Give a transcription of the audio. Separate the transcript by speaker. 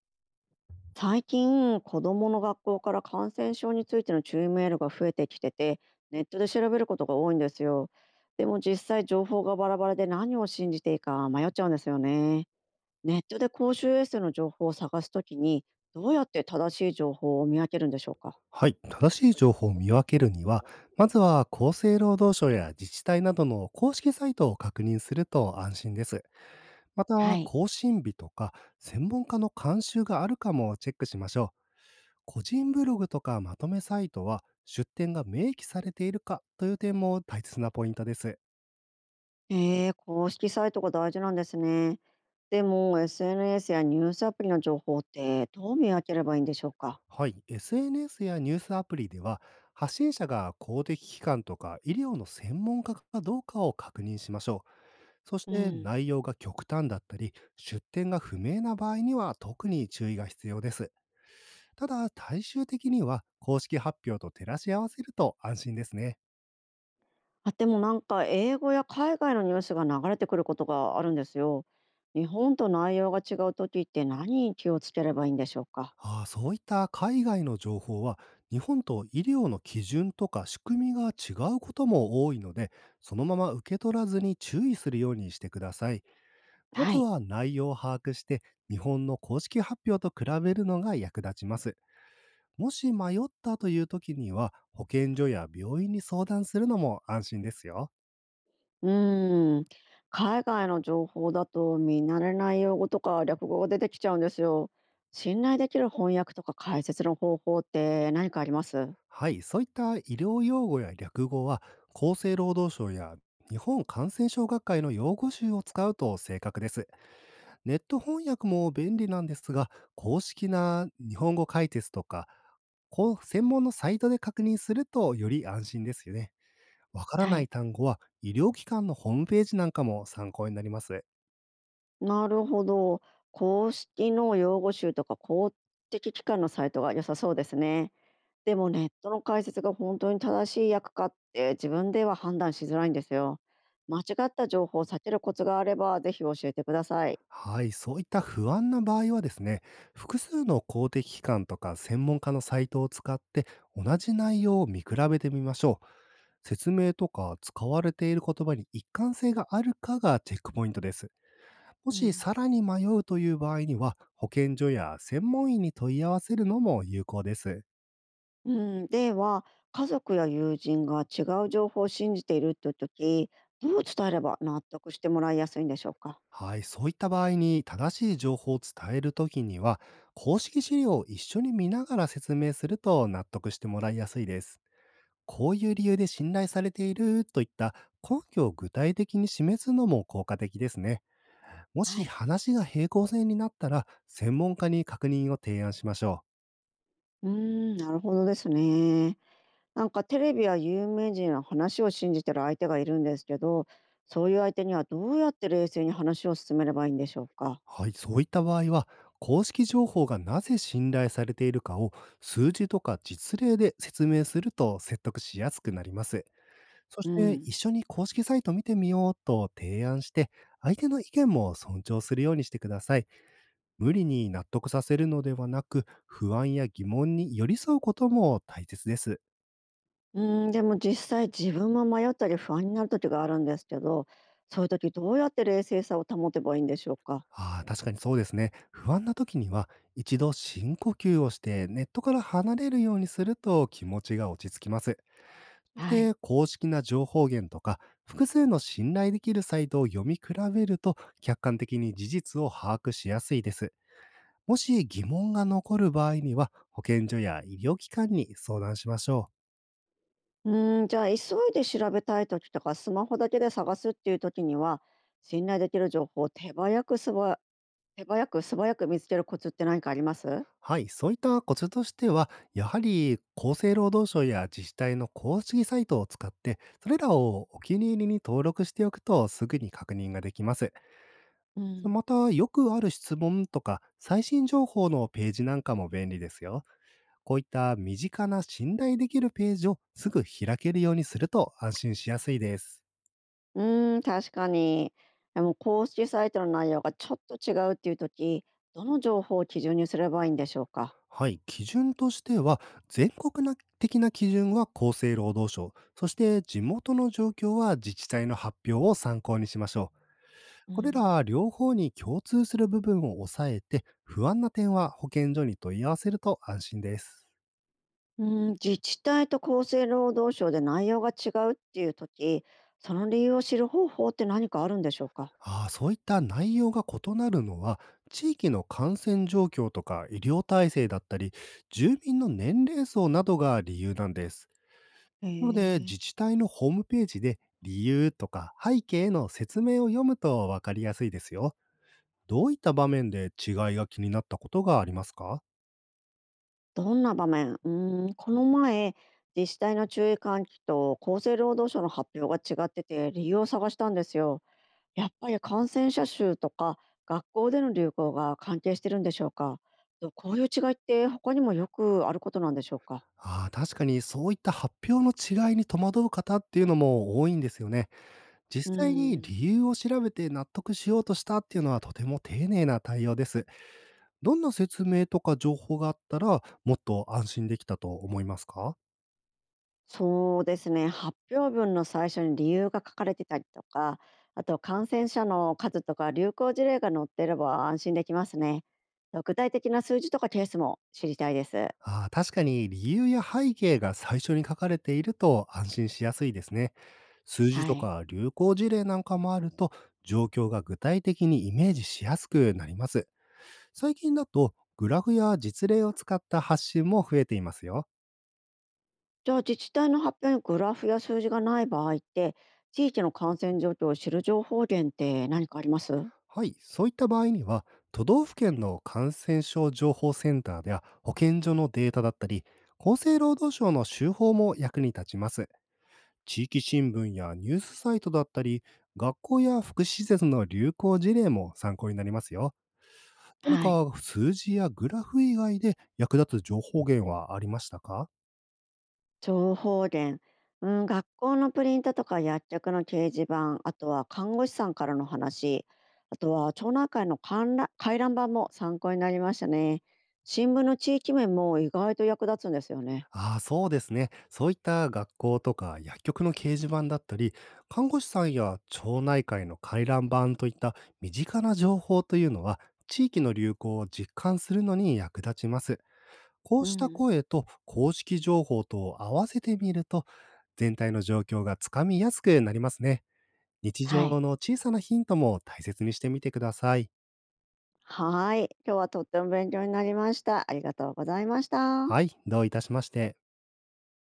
Speaker 1: 最近子どもの学校から感染症についての注意メールが増えてきてて、ネットで調べることが多いんですよ。でも実際情報がバラバラで何を信じていいか迷っちゃうんですよね。ネットで公衆衛生の情報を探すときに、どうやって正しい情報を見分けるんでしょうか。
Speaker 2: はい、正しい情報を見分けるには、まずは厚生労働省や自治体などの公式サイトを確認すると安心です。ま
Speaker 1: は
Speaker 2: た、
Speaker 1: い。
Speaker 2: 更新日とか専門家の監修があるかもチェックしましょう。個人ブログとかまとめサイトは出典が明記されているかという点も大切なポイントです。
Speaker 1: ええ、公式サイトが大事なんですね。でも SNS やニュースアプリの情報ってどう見分ければいいんでしょうか。
Speaker 2: はい、SNS やニュースアプリでは発信者が公的機関とか医療の専門家かどうかを確認しましょう。そし
Speaker 1: う
Speaker 2: て
Speaker 1: ん。
Speaker 2: 内容が極端だったり、出典が不明な場合には特に注意が必要です。ただ、最終的には公式発表と照らし合わせると安心ですね。
Speaker 1: あ、でも英語や海外のニュースが流れてくることがあるんですよ。日本と内容が違う時って何に気をつければいいんでしょうか。
Speaker 2: ああ、そういった海外の情報は、日本と医療の基準とか仕組みが違うことも多いので、そのまま受け取らずに注意するようにしてください。ま
Speaker 1: は
Speaker 2: ず
Speaker 1: い。
Speaker 2: は内容を把握して、日本の公式発表と比べるのが役立ちます。もし迷ったという時には、保健所や病院に相談するのも安心ですよ。
Speaker 1: うーん。海外の情報だと見慣れない用語とか略語が出てきちゃうんですよ。信頼できる翻訳とか解説の方法って何かあります？
Speaker 2: はい、そういった医療用語や略語は、厚生労働省や日本感染症学会の用語集を使うと正確です。ネット翻訳も便利なんですが、公式な日本語解説とか、こう専門のサイトで確認するとより安心ですよね。わから
Speaker 1: は
Speaker 2: ない
Speaker 1: い。
Speaker 2: 単語は医療機関のホームページなんかも参考になります。
Speaker 1: なるほど。公式の用語集とか公的機関のサイトが良さそうですね。でもネットの解説が本当に正しい訳かって自分では判断しづらいんですよ。間違った情報を避けるコツがあればぜひ教えてください。
Speaker 2: はい、そういった不安な場合はですね、複数の公的機関とか専門家のサイトを使って同じ内容を見比べてみましょう。説明とか使われている言葉に一貫性があるかがチェックポイントです。も
Speaker 1: う
Speaker 2: し
Speaker 1: ん、
Speaker 2: さらに迷うという場合には、保健所や専門医に問い合わせるのも有効です。
Speaker 1: うでは家族や友人が違う情報を信じているという時、どう伝えれば納得してもらいやすいんでしょうか。
Speaker 2: はい、そういった場合に正しい情報を伝えるときには、公式資料を一緒に見ながら説明すると納得してもらいやすいです。こういう理由で信頼されているといった根拠を具体的に示すのも効果的ですね。も
Speaker 1: は
Speaker 2: し
Speaker 1: い。
Speaker 2: 話が平行線になったら、専門家に確認を提案しましょ
Speaker 1: うーん、なるほどですね。テレビや有名人の話を信じてる相手がいるんですけど、そういう相手にはどうやって冷静に話を進めればいいんでしょう
Speaker 2: う。
Speaker 1: か。
Speaker 2: はい、そういった場合は、公式情報がなぜ信頼されているかを数字とか実例で説明すると説得しやすくなります。そし
Speaker 1: う
Speaker 2: て
Speaker 1: ん
Speaker 2: 一緒に公式サイト見てみようと提案して、相手の意見も尊重するようにしてください。無理に納得させるのではなく、不安や疑問に寄り添うことも大切です。
Speaker 1: うん、でも実際自分も迷ったり不安になる時があるんですけど、そういう時どうやって冷静さを保てばいいんでしょうか？
Speaker 2: ああ、確かにそうですね。不安な時には、一度深呼吸をしてネットから離れるようにすると気持ちが落ち着きます。そし
Speaker 1: はい。
Speaker 2: て、公式な情報源とか、複数の信頼できるサイトを読み比べると、客観的に事実を把握しやすいです。もし疑問が残る場合には、保健所や医療機関に相談しましょう。
Speaker 1: うん、じゃあ急いで調べたい時とかスマホだけで探すっていう時には、信頼できる情報を手早く素早く見つけるコツって何かあります？
Speaker 2: はい、そういったコツとしては、やはり厚生労働省や自治体の公式サイトを使って、それらをお気に入りに登録しておくとすぐに確認ができます。
Speaker 1: うん。
Speaker 2: また、よくある質問とか最新情報のページなんかも便利ですよ。こういった身近な信頼できるページをすぐ開けるようにすると安心しやすいです。
Speaker 1: うん、確かに。でも公式サイトの内容がちょっと違うっていう時、どの情報を基準にすればいいんでしょうか？
Speaker 2: はい、基準としては、全国な的な基準は厚生労働省、そして地元の状況は自治体の発表を参考にしましょう。
Speaker 1: う
Speaker 2: これ
Speaker 1: ん
Speaker 2: ら両方に共通する部分を抑えて、不安な点は保健所に問い合わせると安心です。
Speaker 1: うん、自治体と厚生労働省で内容が違うっていう時、その理由を知る方法って何かあるんでしょうか？
Speaker 2: ああ、そういった内容が異なるのは、地域の感染状況とか医療体制だったり、住民の年齢層などが理由なんです。
Speaker 1: へ
Speaker 2: なので、
Speaker 1: え。
Speaker 2: 自治体のホームページで理由とか背景の説明を読むと分かりやすいですよ。どういった場面で違いが気になったことがありますか？
Speaker 1: どんな場面、うん、この前、自治体の注意喚起と厚生労働省の発表が違ってて理由を探したんですよ。やっぱり感染者数とか学校での流行が関係してるんでしょうか？とこういう違いって他にもよくあることなんでしょうか？
Speaker 2: ああ、確かにそういった発表の違いに戸惑う方っていうのも多いんですよね。
Speaker 1: うー
Speaker 2: 実際に
Speaker 1: ん。
Speaker 2: 理由を調べて納得しようとしたっていうのはとても丁寧な対応です。どんな説明とか情報があったらもっと安心できたと思いますか？
Speaker 1: そうですね。発表文の最初に理由が書かれてたりとか、あと感染者の数とか流行事例が載ってれば安心できますね。具体的な数字とかケースも知りたいです。
Speaker 2: ああ、確かに理由や背景が最初に書かれていると安心しやすいですね。数字
Speaker 1: は
Speaker 2: と
Speaker 1: い。
Speaker 2: か流行事例なんかもあると、状況が具体的にイメージしやすくなります。最近だと、グラフや実例を使った発信も増えていますよ。
Speaker 1: じゃあ自治体の発表にグラフや数字がない場合って、地域の感染状況を知る情報源って何かあります？
Speaker 2: はい、そういった場合には、都道府県の感染症情報センターや保健所のデータだったり、厚生労働省の手法も役に立ちます。地域新聞やニュースサイトだったり、学校や福祉施設の流行事例も参考になりますよ。何
Speaker 1: はい。
Speaker 2: か数字やグラフ以外で役立つ情報源はありましたか？
Speaker 1: 情報源、うん、学校のプリントとか薬局の掲示板、あとは看護師さんからの話、あとは町内会の回覧板も参考になりましたね。新聞の地域面も意外と役立つんですよね。
Speaker 2: ああ、そうですね。そういった学校とか薬局の掲示板だったり、看護師さんや町内会の回覧板といった身近な情報というのは、地域の流行を実感するのに役立ちます。こう
Speaker 1: う
Speaker 2: した
Speaker 1: ん。
Speaker 2: 声と公式情報とを合わせてみると、全体の状況がつかみやすくなりますね。日
Speaker 1: は
Speaker 2: 常
Speaker 1: い。
Speaker 2: の小さなヒントも大切にしてみてください。
Speaker 1: はい。今日はとっても勉強になりました。ありがとうございました。
Speaker 2: はい、どういたしまして。